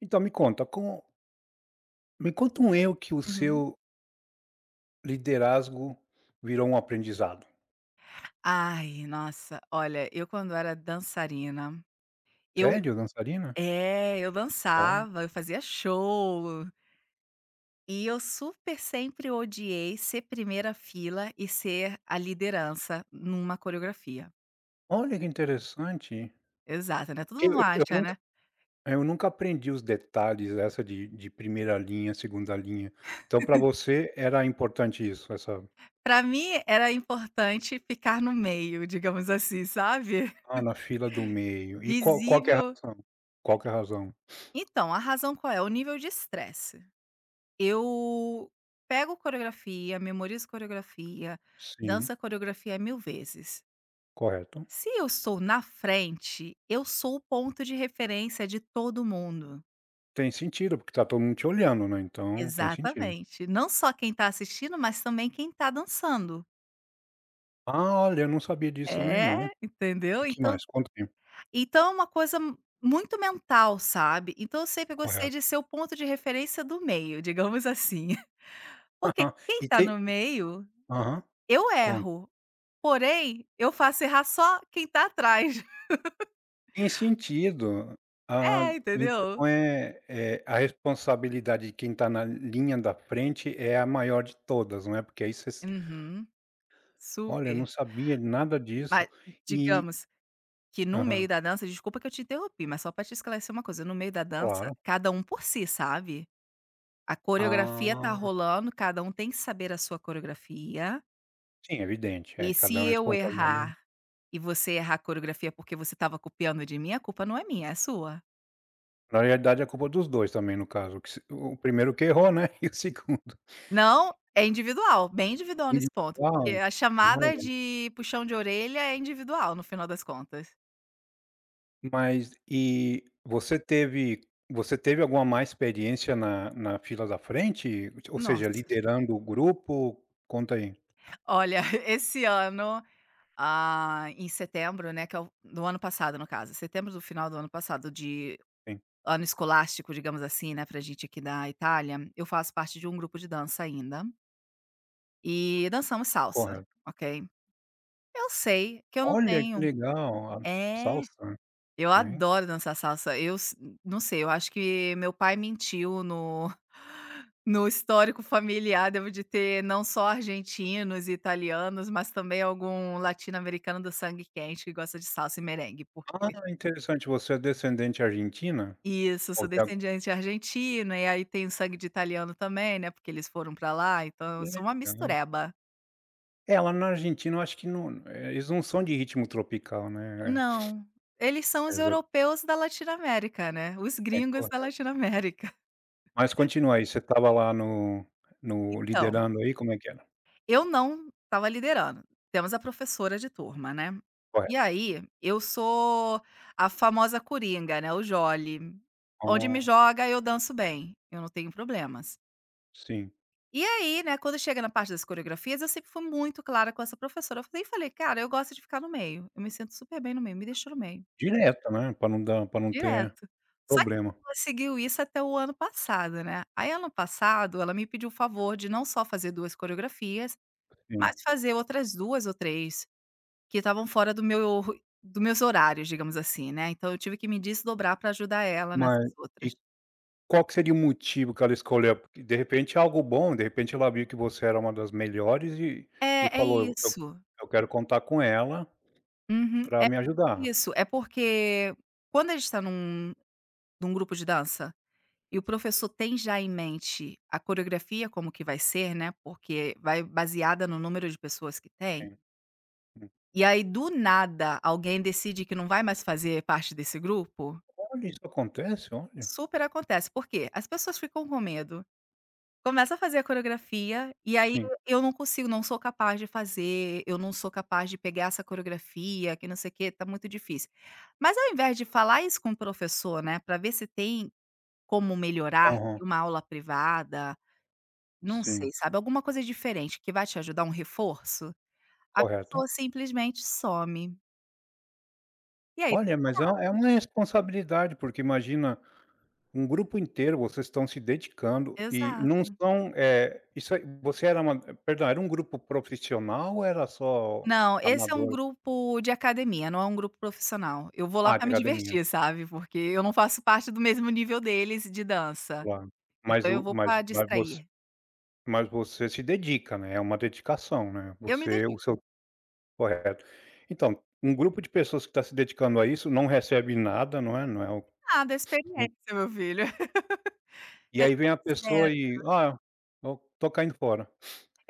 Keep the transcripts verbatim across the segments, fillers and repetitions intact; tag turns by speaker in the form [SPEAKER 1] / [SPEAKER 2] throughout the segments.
[SPEAKER 1] Então me conta, com me conta um erro que o
[SPEAKER 2] Uhum.
[SPEAKER 1] seu liderazgo virou um aprendizado.
[SPEAKER 2] Ai, nossa, olha, eu quando era dançarina, eu
[SPEAKER 1] Sério, dançarina?
[SPEAKER 2] é, eu
[SPEAKER 1] Olha,
[SPEAKER 2] dançava, eu fazia show, e eu super sempre odiei ser primeira fila e ser a liderança numa coreografia.
[SPEAKER 1] olha que interessante.
[SPEAKER 2] Exato, né, todo
[SPEAKER 1] Eu
[SPEAKER 2] mundo
[SPEAKER 1] eu eu
[SPEAKER 2] acha,
[SPEAKER 1] nunca
[SPEAKER 2] né.
[SPEAKER 1] eu nunca aprendi os detalhes essa de de primeira linha, segunda linha. Então para você era importante isso, essa
[SPEAKER 2] Pra mim era importante ficar no meio, digamos assim, sabe.
[SPEAKER 1] ah, na fila do meio. E qual qual que é a
[SPEAKER 2] Visível.
[SPEAKER 1] razão? Qual que é a razão?
[SPEAKER 2] Então, a razão qual é? O nível de estresse. Eu pego coreografia, memorizo coreografia,
[SPEAKER 1] Sim,
[SPEAKER 2] danço a coreografia mil vezes.
[SPEAKER 1] correto.
[SPEAKER 2] Se eu estou na frente, eu sou o ponto de referência de todo mundo.
[SPEAKER 1] Tem sentido, porque tá todo mundo te olhando, né, então tem sentido.
[SPEAKER 2] Exatamente. Não só quem está assistindo, mas também quem está dançando.
[SPEAKER 1] Ah, olha, eu não sabia disso também não.
[SPEAKER 2] É, entendeu?
[SPEAKER 1] E que
[SPEAKER 2] Então,
[SPEAKER 1] mais? Conta aí.
[SPEAKER 2] então é uma coisa m- muito mental, sabe? Então eu sempre gostei de
[SPEAKER 1] Correto.
[SPEAKER 2] ser o ponto de referência do meio, digamos assim. Porque
[SPEAKER 1] Aham.
[SPEAKER 2] quem
[SPEAKER 1] E
[SPEAKER 2] tá
[SPEAKER 1] tem
[SPEAKER 2] no meio,
[SPEAKER 1] aham.
[SPEAKER 2] eu
[SPEAKER 1] Conta.
[SPEAKER 2] erro. Porém, eu faço errar só quem tá atrás.
[SPEAKER 1] Tem sentido. Ah,
[SPEAKER 2] É, entendeu?
[SPEAKER 1] então é é a responsabilidade de quem está na linha da frente é a maior de todas, não é? Porque aí vocês
[SPEAKER 2] Uhum.
[SPEAKER 1] "Olha, eu não
[SPEAKER 2] Super.
[SPEAKER 1] sabia nada disso".
[SPEAKER 2] Mas
[SPEAKER 1] E
[SPEAKER 2] digamos que no meio
[SPEAKER 1] aham,
[SPEAKER 2] da dança, desculpa que eu te interrompi, mas só pra te esclarecer uma coisa, no meio da dança,
[SPEAKER 1] claro.
[SPEAKER 2] cada um por si, sabe? A coreografia tá
[SPEAKER 1] Ah,
[SPEAKER 2] rolando, cada um tem que saber a sua coreografia,
[SPEAKER 1] sim, evidente. É,
[SPEAKER 2] e
[SPEAKER 1] cada um
[SPEAKER 2] se
[SPEAKER 1] é
[SPEAKER 2] eu
[SPEAKER 1] responsabilidade de um.
[SPEAKER 2] errar e você errar a coreografia porque você estava copiando de mim, a culpa não é minha, é sua.
[SPEAKER 1] Na realidade é culpa dos dois também no caso, que se o primeiro que errou, né, e o segundo.
[SPEAKER 2] Não, é individual, bem individual nesse ponto, porque
[SPEAKER 1] Individual,
[SPEAKER 2] a chamada
[SPEAKER 1] olha,
[SPEAKER 2] de puxão de orelha é individual no final das contas.
[SPEAKER 1] mas e você teve, você teve alguma má experiência na na fila da frente? Ou seja,
[SPEAKER 2] Nossa,
[SPEAKER 1] liderando o grupo? Conta aí.
[SPEAKER 2] olha, esse ano, ah, em setembro, né, que é o do ano passado no caso, setembro do final do ano passado, de
[SPEAKER 1] Sim,
[SPEAKER 2] ano escolástico, digamos assim, né, pra gente aqui da Itália, eu faço parte de um grupo de dança ainda, e dançamos salsa,
[SPEAKER 1] correto.
[SPEAKER 2] ok. Eu sei que eu não
[SPEAKER 1] Olha, que
[SPEAKER 2] tenho
[SPEAKER 1] legal, a
[SPEAKER 2] é.
[SPEAKER 1] salsa,
[SPEAKER 2] Eu
[SPEAKER 1] bem.
[SPEAKER 2] adoro dançar salsa. Eu s Não sei, eu acho que meu pai mentiu no no histórico familiar, devo de ter não só argentinos e italianos, mas também algum latino-americano do sangue quente que gosta de salsa e merengue,
[SPEAKER 1] Ah,
[SPEAKER 2] porque.
[SPEAKER 1] interessante, você é descendente argentina?
[SPEAKER 2] Isso, sou
[SPEAKER 1] Ou tem algum-
[SPEAKER 2] descendente argentina, e aí tem sangue de italiano também, né, porque eles foram pra lá, então eu
[SPEAKER 1] Que
[SPEAKER 2] sou uma
[SPEAKER 1] legal.
[SPEAKER 2] mistureba.
[SPEAKER 1] É, lá na Argentina eu acho que não. É, eles não são de ritmo tropical, né.
[SPEAKER 2] Não, eles são
[SPEAKER 1] É,
[SPEAKER 2] os
[SPEAKER 1] exa
[SPEAKER 2] europeus da Latinoamérica, né, os
[SPEAKER 1] é
[SPEAKER 2] gringos da
[SPEAKER 1] correto.
[SPEAKER 2] Latinoamérica.
[SPEAKER 1] Mas continua aí, você estava lá no no
[SPEAKER 2] Então
[SPEAKER 1] liderando aí, como é que era?
[SPEAKER 2] Eu não estava liderando. Temos a professora de turma, né. E
[SPEAKER 1] Correto.
[SPEAKER 2] aí, eu sou a famosa coringa, né, o Jolly. Onde me
[SPEAKER 1] Ah,
[SPEAKER 2] joga, eu danço bem, eu não tenho problemas.
[SPEAKER 1] sim.
[SPEAKER 2] E aí, né, quando chega na parte das coreografias, eu sempre fui muito clara com essa professora. Eu falei falei: "Cara, eu gosto de ficar no meio, eu me sinto super bem no meio, me deixa no meio",
[SPEAKER 1] Direto, né, pra não dar, pra não ter
[SPEAKER 2] direto. Só que
[SPEAKER 1] problema,
[SPEAKER 2] ela conseguiu isso até o ano passado, né. Aí ano passado, ela me pediu o favor de não só fazer duas coreografias,
[SPEAKER 1] sim.
[SPEAKER 2] mas fazer outras duas ou três. Que estavam fora do meu do meus horários, digamos assim, né, então eu tive que me desdobrar para ajudar ela
[SPEAKER 1] Mas
[SPEAKER 2] nessas outras.
[SPEAKER 1] e qual que seria o motivo que ela escolheu? Porque de repente é algo bom, de repente ela viu que você era uma das melhores e e
[SPEAKER 2] É, é
[SPEAKER 1] falou: "Eu
[SPEAKER 2] isso.
[SPEAKER 1] eu quero contar com ela
[SPEAKER 2] Uhum,
[SPEAKER 1] pra
[SPEAKER 2] é
[SPEAKER 1] me ajudar".
[SPEAKER 2] isso, é porque quando a gente está num num grupo de dança, e o professor tem já em mente a coreografia como que vai ser, né, porque vai baseada no número de pessoas que tem,
[SPEAKER 1] Sim.
[SPEAKER 2] e aí do nada alguém decide que não vai mais fazer parte desse grupo,
[SPEAKER 1] Olha, isso acontece? Olha.
[SPEAKER 2] super acontece, por quê? As pessoas ficam com medo. Começa a fazer a coreografia, e aí
[SPEAKER 1] Sim.
[SPEAKER 2] eu não consigo, não sou capaz de fazer, eu não sou capaz de pegar essa coreografia, que não sei o quê, tá muito difícil. Mas ao invés de falar isso com o professor, né, pra ver se tem como melhorar
[SPEAKER 1] Aham.
[SPEAKER 2] em uma aula privada, não sei,
[SPEAKER 1] Sim,
[SPEAKER 2] sabe, alguma coisa diferente que vai te ajudar, um reforço, a
[SPEAKER 1] correto.
[SPEAKER 2] pessoa simplesmente some. E aí deixa.
[SPEAKER 1] Olha, mas é é uma responsabilidade, porque imagina um grupo inteiro, vocês estão se dedicando e não
[SPEAKER 2] Exato.
[SPEAKER 1] são, eh, isso aí você era ama, perdão, era um grupo profissional ou era só
[SPEAKER 2] Não, esse é um
[SPEAKER 1] amador?
[SPEAKER 2] grupo de academia, não é um grupo profissional. Eu vou lá
[SPEAKER 1] Ah,
[SPEAKER 2] pra
[SPEAKER 1] de
[SPEAKER 2] me
[SPEAKER 1] academia,
[SPEAKER 2] divertir, sabe, porque eu não faço parte do mesmo nível deles de dança,
[SPEAKER 1] claro. Mas
[SPEAKER 2] então eu
[SPEAKER 1] o
[SPEAKER 2] vou
[SPEAKER 1] mas
[SPEAKER 2] pra
[SPEAKER 1] mas você,
[SPEAKER 2] distrair.
[SPEAKER 1] mas você se dedica, né, é uma dedicação, né,
[SPEAKER 2] Eu me
[SPEAKER 1] você o
[SPEAKER 2] dedico.
[SPEAKER 1] seu correto. Então, um grupo de pessoas que está se dedicando a isso não recebe nada, não é não é o
[SPEAKER 2] Nada, é experiência,
[SPEAKER 1] não.
[SPEAKER 2] meu filho.
[SPEAKER 1] E
[SPEAKER 2] É
[SPEAKER 1] aí vem
[SPEAKER 2] step
[SPEAKER 1] a pessoa
[SPEAKER 2] zero.
[SPEAKER 1] e: "Ah, eu tô caindo fora".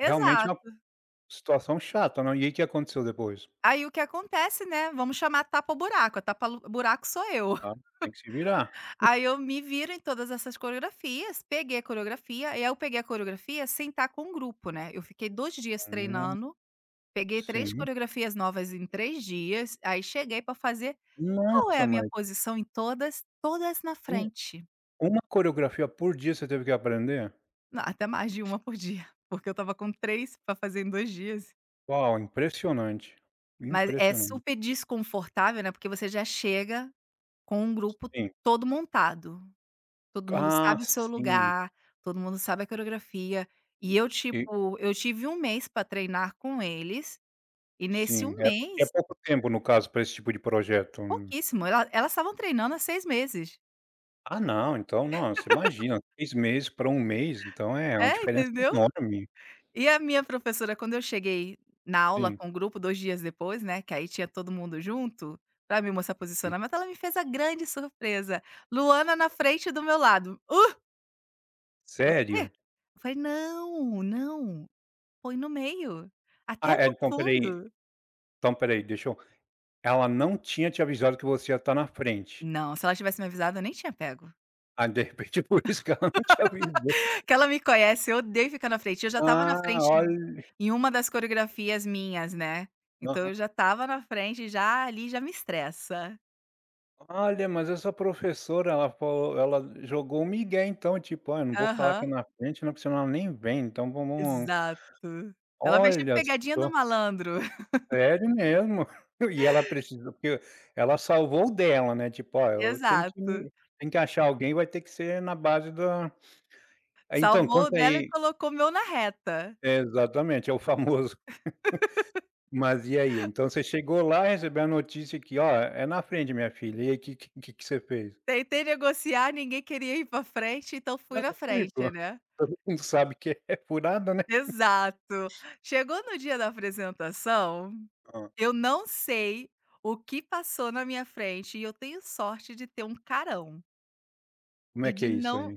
[SPEAKER 1] Realmente é uma situação chata, não. E aí que aconteceu depois?
[SPEAKER 2] Aí o que acontece, né, vamos chamar tapa-buraco, a tapa-buraco sou eu.
[SPEAKER 1] Ah, tem que se virar.
[SPEAKER 2] Aí eu me viro em todas essas coreografias, peguei a coreografia, e aí eu peguei a coreografia sem estar com o grupo, né, eu fiquei dois dias
[SPEAKER 1] Hum,
[SPEAKER 2] treinando. Peguei três
[SPEAKER 1] sim.
[SPEAKER 2] coreografias novas em três dias, aí cheguei pra fazer: qual é
[SPEAKER 1] Nossa,
[SPEAKER 2] a minha
[SPEAKER 1] mas
[SPEAKER 2] posição em todas? Todas na
[SPEAKER 1] um,
[SPEAKER 2] frente.
[SPEAKER 1] uma coreografia por dia você teve que aprender?
[SPEAKER 2] Não, até mais de uma por dia, porque eu estava com três pra fazer em dois dias.
[SPEAKER 1] Uau, impressionante,
[SPEAKER 2] Mas é
[SPEAKER 1] impressionante.
[SPEAKER 2] super desconfortável, né, porque você já chega com um grupo
[SPEAKER 1] Sim.
[SPEAKER 2] todo montado, todo mundo
[SPEAKER 1] Ah,
[SPEAKER 2] sabe o seu
[SPEAKER 1] sim.
[SPEAKER 2] lugar, todo mundo sabe a coreografia, e eu,
[SPEAKER 1] E
[SPEAKER 2] tipo, eu tive um mês pra treinar com eles, e nesse um
[SPEAKER 1] sim, é é
[SPEAKER 2] mês
[SPEAKER 1] pouco tempo no caso para esse tipo de projeto.
[SPEAKER 2] pouquíssimo, ela elas estavam treinando há seis meses.
[SPEAKER 1] Ah, não, então, nossa, imagina, seis meses para um mês, então é uma
[SPEAKER 2] É,
[SPEAKER 1] diferença
[SPEAKER 2] entendeu?
[SPEAKER 1] enorme.
[SPEAKER 2] E a minha professora, quando eu cheguei na aula
[SPEAKER 1] Sim,
[SPEAKER 2] com o grupo dois dias depois, né, que aí tinha todo mundo junto, pra me mostrar
[SPEAKER 1] sim.
[SPEAKER 2] posicionamento, ela me fez a grande surpresa: "Luana na frente do meu lado". "Hã? O quê?"
[SPEAKER 1] Sério?
[SPEAKER 2] Eu falei: "Não, não, põe no meio, até
[SPEAKER 1] Ah, é,
[SPEAKER 2] no
[SPEAKER 1] então peraí,
[SPEAKER 2] fundo".
[SPEAKER 1] então peraí aí, deixa eu, ela não tinha te avisado que você ia estar na frente.
[SPEAKER 2] Não, se ela tivesse me avisado eu nem tinha pego.
[SPEAKER 1] Ah, de repente por isso que ela não te avisou.
[SPEAKER 2] Que ela me conhece, eu odeio ficar na frente, eu já estava na
[SPEAKER 1] Ah,
[SPEAKER 2] frente
[SPEAKER 1] olha,
[SPEAKER 2] em uma das coreografias minhas, né, então eu
[SPEAKER 1] aham.
[SPEAKER 2] já estava na frente, já ali já me estressa.
[SPEAKER 1] Olha, mas essa professora, ela falou, ela jogou um migué então, tipo: "Ah, eu não vou falar aqui
[SPEAKER 2] Aham.
[SPEAKER 1] na frente, não, porque senão ela nem vem, então vamos".
[SPEAKER 2] Exato. Ela fez tipo
[SPEAKER 1] Olha
[SPEAKER 2] pegadinha do
[SPEAKER 1] só,
[SPEAKER 2] malandro.
[SPEAKER 1] sério mesmo. E ela precisou porque ela salvou o dela, né, tipo: "Ó, eu tenho que
[SPEAKER 2] Exato.
[SPEAKER 1] me, tenho que achar alguém, vai ter que ser na base da". Então
[SPEAKER 2] Salvou o
[SPEAKER 1] conta
[SPEAKER 2] dela e
[SPEAKER 1] aí,
[SPEAKER 2] colocou o meu na reta.
[SPEAKER 1] exatamente, é o famoso. Mas e aí? Então você chegou lá, recebeu a notícia que: "Ó, é na frente, minha filha", e aí que que que que você fez?
[SPEAKER 2] Tentei negociar, ninguém queria ir pra frente, então fui
[SPEAKER 1] Não,
[SPEAKER 2] na frente,
[SPEAKER 1] lógico.
[SPEAKER 2] né.
[SPEAKER 1] Todo mundo sabe que é furada, né.
[SPEAKER 2] Exato. Chegou no dia da apresentação,
[SPEAKER 1] Hã.
[SPEAKER 2] eu não sei o que passou na minha frente e eu tenho sorte de ter um carão,
[SPEAKER 1] Como é
[SPEAKER 2] e
[SPEAKER 1] que
[SPEAKER 2] de
[SPEAKER 1] é isso
[SPEAKER 2] não
[SPEAKER 1] aí?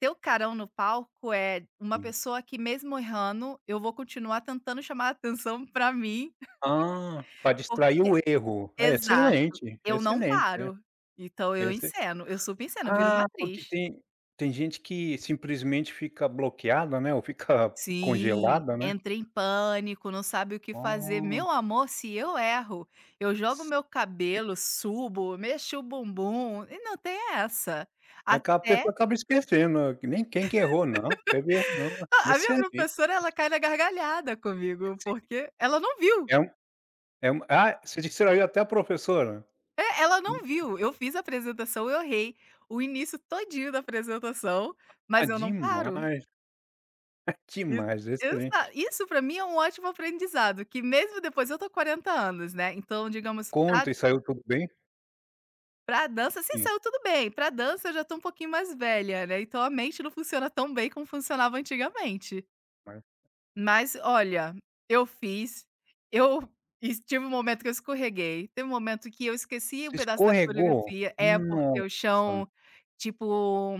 [SPEAKER 2] ter o carão no palco é uma
[SPEAKER 1] Sim.
[SPEAKER 2] pessoa que mesmo errando, eu vou continuar tentando chamar a atenção pra mim,
[SPEAKER 1] Ah, pra distrair
[SPEAKER 2] porque.
[SPEAKER 1] o erro. Ah, é,
[SPEAKER 2] Exato.
[SPEAKER 1] excelente, é
[SPEAKER 2] Eu não
[SPEAKER 1] excelente, é.
[SPEAKER 2] paro, então eu
[SPEAKER 1] Esse
[SPEAKER 2] enceno, eu super enceno, eu viro uma
[SPEAKER 1] ah, porque
[SPEAKER 2] atriz.
[SPEAKER 1] tem, tem gente que simplesmente fica bloqueada, né, ou fica
[SPEAKER 2] Sim,
[SPEAKER 1] congelada, né.
[SPEAKER 2] entra em pânico, não sabe o que fazer.
[SPEAKER 1] Ah,
[SPEAKER 2] Meu amor, se eu erro, eu jogo
[SPEAKER 1] s
[SPEAKER 2] meu cabelo, subo, mexo o bumbum e não tem essa.
[SPEAKER 1] acaba, a
[SPEAKER 2] Até
[SPEAKER 1] pessoa acaba esquecendo, que nem quem que errou não, teve erro não. É
[SPEAKER 2] a a minha
[SPEAKER 1] excelente,
[SPEAKER 2] professora, ela cai na gargalhada
[SPEAKER 1] é
[SPEAKER 2] comigo,
[SPEAKER 1] sim,
[SPEAKER 2] porque ela não viu.
[SPEAKER 1] é um é um ah, você distraiu até a professora?
[SPEAKER 2] É, ela não viu. Eu fiz a apresentação, eu errei o início todinho da apresentação,
[SPEAKER 1] Ah,
[SPEAKER 2] mas eu não paro.
[SPEAKER 1] demais,
[SPEAKER 2] Ex
[SPEAKER 1] demais,
[SPEAKER 2] exa
[SPEAKER 1] excelente.
[SPEAKER 2] Isso pra mim é um ótimo aprendizado, que mesmo depois eu tô com quarenta anos, né, então digamos pra
[SPEAKER 1] Conta, e saiu tudo bem?
[SPEAKER 2] pra dança assim,
[SPEAKER 1] Sim,
[SPEAKER 2] saiu tudo bem, pra dança eu já tô um pouquinho mais velha, né, então a mente não funciona tão bem como funcionava antigamente.
[SPEAKER 1] mas
[SPEAKER 2] Mas olha, eu fiz, eu e tive um momento que eu escorreguei, teve um momento que eu esqueci um pedaço da
[SPEAKER 1] escorregou?
[SPEAKER 2] coreografia é, porque
[SPEAKER 1] Nossa
[SPEAKER 2] o
[SPEAKER 1] senhora.
[SPEAKER 2] chão, tipo,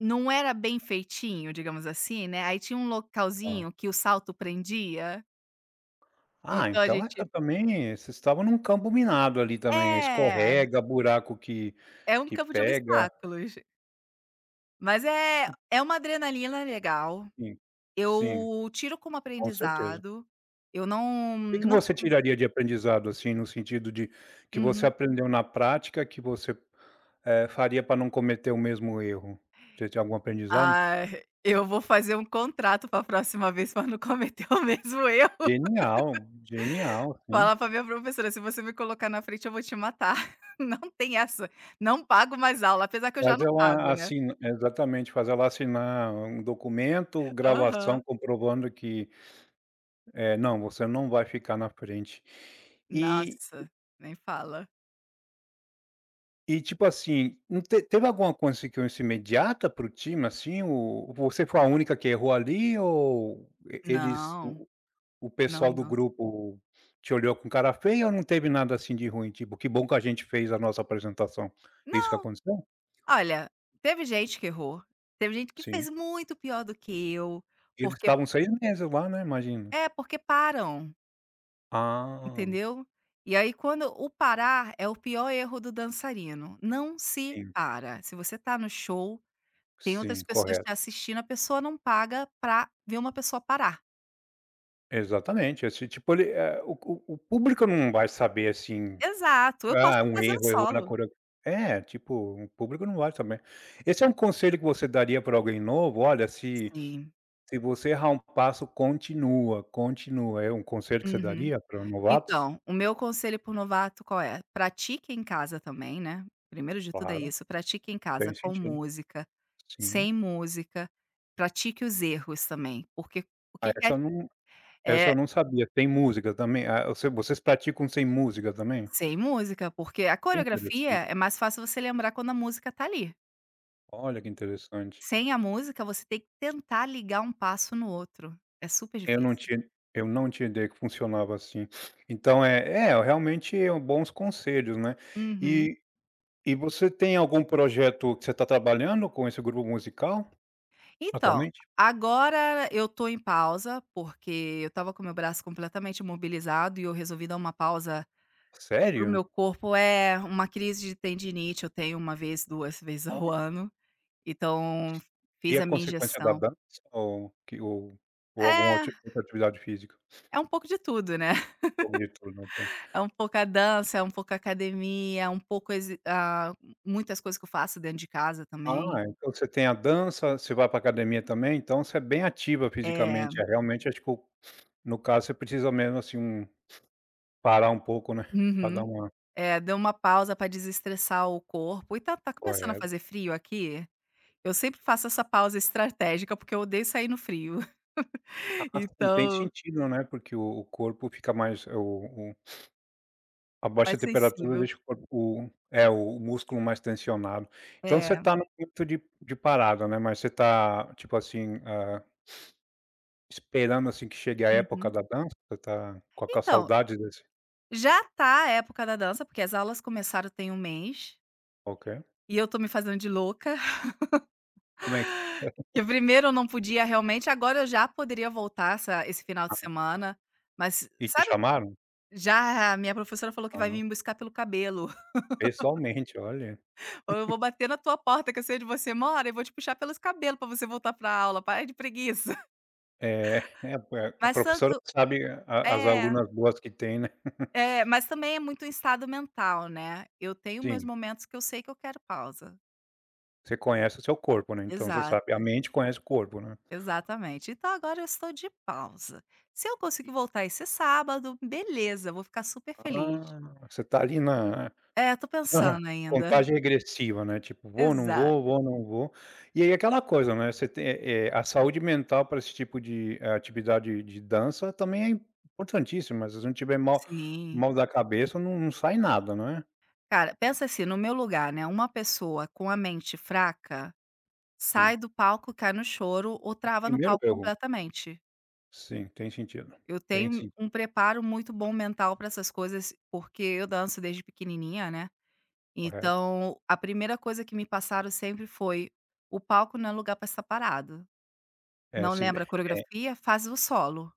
[SPEAKER 2] não era bem feitinho, digamos assim, né, aí tinha um localzinho que o salto prendia.
[SPEAKER 1] Ah,
[SPEAKER 2] Então a
[SPEAKER 1] então é
[SPEAKER 2] gente
[SPEAKER 1] também vocês estavam num campo minado ali também,
[SPEAKER 2] é,
[SPEAKER 1] escorrega, buraco que
[SPEAKER 2] é um
[SPEAKER 1] que
[SPEAKER 2] campo de
[SPEAKER 1] pega,
[SPEAKER 2] obstáculos. Mas é é uma adrenalina legal,
[SPEAKER 1] sim, sim,
[SPEAKER 2] eu tiro como
[SPEAKER 1] com certeza.
[SPEAKER 2] aprendizado, eu não
[SPEAKER 1] Que que
[SPEAKER 2] não
[SPEAKER 1] você
[SPEAKER 2] fico.
[SPEAKER 1] tiraria de aprendizado, assim, no sentido de que você
[SPEAKER 2] Uhum.
[SPEAKER 1] aprendeu na prática, que você, eh, faria para não cometer o mesmo erro? Você tem algum aprendizado?
[SPEAKER 2] Ah, eu vou fazer um contrato para a próxima vez para não cometer o mesmo erro.
[SPEAKER 1] Genial, genial, sim.
[SPEAKER 2] Falar para minha professora: "Se você me colocar na frente eu vou te matar". Não tem essa, não pago mais aula, apesar que eu já
[SPEAKER 1] Faz
[SPEAKER 2] não pago,
[SPEAKER 1] ela
[SPEAKER 2] né.
[SPEAKER 1] assin exatamente, faz ela assinar um documento, gravação
[SPEAKER 2] Aham.
[SPEAKER 1] comprovando que, eh, não, você não vai ficar na frente. E
[SPEAKER 2] Nossa, nem fala.
[SPEAKER 1] e tipo assim, não te teve alguma consequência imediata para o time, assim, o você foi a única que errou ali ou e eles
[SPEAKER 2] Não,
[SPEAKER 1] o o
[SPEAKER 2] não,
[SPEAKER 1] pessoal do
[SPEAKER 2] não.
[SPEAKER 1] grupo te olhou com cara feia ou não teve nada assim de ruim, tipo: "Que bom que a gente fez a nossa apresentação". Isso que aconteceu?
[SPEAKER 2] Olha, teve gente que errou, teve gente que
[SPEAKER 1] Sim.
[SPEAKER 2] fez muito pior do que eu,
[SPEAKER 1] Eles
[SPEAKER 2] porque
[SPEAKER 1] estavam seis meses lá, né, imagina.
[SPEAKER 2] é, porque param,
[SPEAKER 1] Ah,
[SPEAKER 2] entendeu. E aí quando o parar é o pior erro do dançarino, não se
[SPEAKER 1] sim.
[SPEAKER 2] para. Se você tá no show, tem outras
[SPEAKER 1] Sim,
[SPEAKER 2] pessoas te
[SPEAKER 1] correto.
[SPEAKER 2] assistindo, a pessoa não paga pra ver uma pessoa parar.
[SPEAKER 1] Exatamente, esse tipo ele, eh, o o o público não vai saber, assim,
[SPEAKER 2] Exato, eu posso
[SPEAKER 1] ah,
[SPEAKER 2] estar
[SPEAKER 1] um
[SPEAKER 2] fazendo
[SPEAKER 1] erro, errou na
[SPEAKER 2] solo.
[SPEAKER 1] coreo, é, tipo, o público não vai saber. Esse é um conselho que você daria para alguém novo? Olha, se
[SPEAKER 2] Sim,
[SPEAKER 1] se você errar um passo, continua, continua. É um conselho que você
[SPEAKER 2] uhum.
[SPEAKER 1] daria para novatos?
[SPEAKER 2] Então, o meu conselho para novato qual é? Pratique em casa também, né, primeiro de tudo é
[SPEAKER 1] Claro,
[SPEAKER 2] isso, pratique em casa
[SPEAKER 1] tem
[SPEAKER 2] com
[SPEAKER 1] sentido.
[SPEAKER 2] música.
[SPEAKER 1] Sim.
[SPEAKER 2] Sem música, pratique os erros também, porque o
[SPEAKER 1] Ah,
[SPEAKER 2] que que
[SPEAKER 1] essa
[SPEAKER 2] é
[SPEAKER 1] eu não essa eu
[SPEAKER 2] é,
[SPEAKER 1] não sabia. Tem música também? Ah, você, vocês praticam sem música também?
[SPEAKER 2] sem música, porque a
[SPEAKER 1] Que
[SPEAKER 2] coreografia
[SPEAKER 1] interessante.
[SPEAKER 2] é mais fácil você lembrar quando a música tá ali.
[SPEAKER 1] Olha, que interessante.
[SPEAKER 2] Sem a música, você tem que tentar ligar um passo no outro, é super
[SPEAKER 1] Eu não
[SPEAKER 2] difícil.
[SPEAKER 1] tinha eu não tinha ideia que funcionava assim. Então é é, realmente é um bons conselhos, né.
[SPEAKER 2] Uhum.
[SPEAKER 1] E e você tem algum projeto que você está trabalhando com esse grupo musical
[SPEAKER 2] Então,
[SPEAKER 1] atualmente?
[SPEAKER 2] agora eu tô em pausa, porque eu estava com meu braço completamente imobilizado e eu resolvi dar uma pausa pro
[SPEAKER 1] Sério?
[SPEAKER 2] meu corpo. É uma crise de tendinite, eu tenho uma vez, duas vezes ao
[SPEAKER 1] Olha,
[SPEAKER 2] ano, então
[SPEAKER 1] e
[SPEAKER 2] fiz
[SPEAKER 1] a
[SPEAKER 2] a minha
[SPEAKER 1] consequência da
[SPEAKER 2] injeção.
[SPEAKER 1] dança ou que ou ou alguma
[SPEAKER 2] É,
[SPEAKER 1] outra outra atividade física?
[SPEAKER 2] é um pouco de tudo, né.
[SPEAKER 1] Pouco de tudo, ok.
[SPEAKER 2] É um pouco a dança, é um pouco a academia, é um pouco exi ah, muitas coisas que eu faço dentro de casa também.
[SPEAKER 1] Ah, então você tem a dança, você vai para academia também, então você é bem ativa fisicamente.
[SPEAKER 2] É.
[SPEAKER 1] É, realmente acho que o no caso você precisa mesmo, assim, um parar um pouco, né, para dar
[SPEAKER 2] Uhum.
[SPEAKER 1] uma
[SPEAKER 2] É, deu uma pausa para desestressar o corpo e tá tá começando a
[SPEAKER 1] corre.
[SPEAKER 2] fazer frio aqui, eu sempre faço essa pausa estratégica, porque eu odeio sair no frio,
[SPEAKER 1] Ah, sim, tem
[SPEAKER 2] então
[SPEAKER 1] sentido, né, porque o o corpo fica mais é, o o a
[SPEAKER 2] mais
[SPEAKER 1] baixa temperatura
[SPEAKER 2] sensível.
[SPEAKER 1] deixa o corpo o é, o músculo mais tensionado. Então você
[SPEAKER 2] É,
[SPEAKER 1] tá no momento de de parada, né, mas você tá, tipo assim, ah, esperando, assim, que chegue a época
[SPEAKER 2] uhum.
[SPEAKER 1] da dança? Você tá com aquela
[SPEAKER 2] Então,
[SPEAKER 1] saudade desse
[SPEAKER 2] já tá a época da dança, porque as aulas começaram tem um mês,
[SPEAKER 1] ok.
[SPEAKER 2] e eu tô me fazendo de louca.
[SPEAKER 1] Como é que
[SPEAKER 2] Que primeiro eu não podia realmente, agora eu já poderia voltar essa esse final de semana, mas
[SPEAKER 1] e te
[SPEAKER 2] sabe,
[SPEAKER 1] chamaram?
[SPEAKER 2] já a minha professora falou que vai vir
[SPEAKER 1] Aham.
[SPEAKER 2] me buscar pelo cabelo,
[SPEAKER 1] Pessoalmente, olha.
[SPEAKER 2] ou eu vou bater na tua porta que eu sei onde você mora e vou te puxar pelos cabelos pra você voltar pra aula, para de preguiça.
[SPEAKER 1] É, é a a
[SPEAKER 2] Mas
[SPEAKER 1] professora
[SPEAKER 2] tanto
[SPEAKER 1] sabe a as
[SPEAKER 2] é,
[SPEAKER 1] alunas boas que tem, né.
[SPEAKER 2] é, mas também é muito um estado mental, né, eu tenho meus
[SPEAKER 1] Sim,
[SPEAKER 2] momentos que eu sei que eu quero pausa.
[SPEAKER 1] você conhece o seu corpo, né, então você sabe
[SPEAKER 2] Exato,
[SPEAKER 1] a mente conhece o corpo, né.
[SPEAKER 2] exatamente. Então agora eu estou de pausa. Se eu conseguir voltar esse sábado, beleza, eu vou ficar super feliz.
[SPEAKER 1] Ah, você tá ali na
[SPEAKER 2] É, tô
[SPEAKER 1] na
[SPEAKER 2] pensando ainda.
[SPEAKER 1] contagem regressiva, né, tipo: "Vou, não
[SPEAKER 2] Exato.
[SPEAKER 1] vou, vou, não vou". E aí aquela coisa, né, você tem, eh eh, a saúde mental pra esse tipo de atividade de dança também é importantíssima, se você não tiver mal,
[SPEAKER 2] Sim.
[SPEAKER 1] mal da cabeça não, não sai nada, não é.
[SPEAKER 2] Cara, pensa assim, no meu lugar, né, uma pessoa com a mente fraca,
[SPEAKER 1] Sim.
[SPEAKER 2] sai do palco, cai no choro ou trava no
[SPEAKER 1] Primeiro
[SPEAKER 2] palco
[SPEAKER 1] erro.
[SPEAKER 2] completamente.
[SPEAKER 1] Sim, tem sentido.
[SPEAKER 2] Eu
[SPEAKER 1] Tem
[SPEAKER 2] tenho
[SPEAKER 1] sim,
[SPEAKER 2] um preparo muito bom mental para essas coisas, porque eu danço desde pequenininha, né,
[SPEAKER 1] correto.
[SPEAKER 2] então a primeira coisa que me passaram sempre foi: "O palco não é lugar para estar parado.
[SPEAKER 1] É,
[SPEAKER 2] Não
[SPEAKER 1] se
[SPEAKER 2] lembra a coreografia? Faz o solo.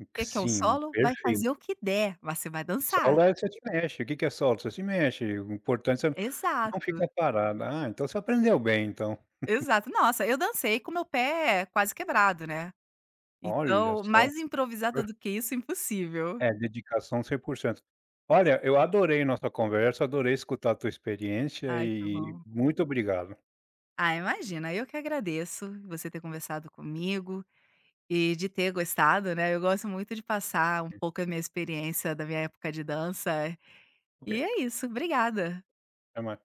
[SPEAKER 2] O Que que é um
[SPEAKER 1] sim,
[SPEAKER 2] solo? Vai
[SPEAKER 1] perfeito.
[SPEAKER 2] fazer o que der, mas você vai dançar".
[SPEAKER 1] Saula é você se mexe, o que que é saula? Você se mexe, o importante é você não
[SPEAKER 2] Exato.
[SPEAKER 1] ficar parada. Ah, então você aprendeu bem então.
[SPEAKER 2] Exato. Nossa, eu dancei com meu pé quase quebrado, né.
[SPEAKER 1] Olha
[SPEAKER 2] Então,
[SPEAKER 1] só,
[SPEAKER 2] mais improvisada do que isso, impossível.
[SPEAKER 1] é dedicação cem por cento. Olha, eu adorei nossa conversa, adorei escutar a tua experiência
[SPEAKER 2] Ai, que bom.
[SPEAKER 1] e muito obrigado.
[SPEAKER 2] Ah, imagina, eu que agradeço você ter conversado comigo e de ter gostado, né. Eu gosto muito de passar um pouco a minha experiência da minha época de dança.
[SPEAKER 1] Ok,
[SPEAKER 2] E é isso, obrigada.
[SPEAKER 1] até mais.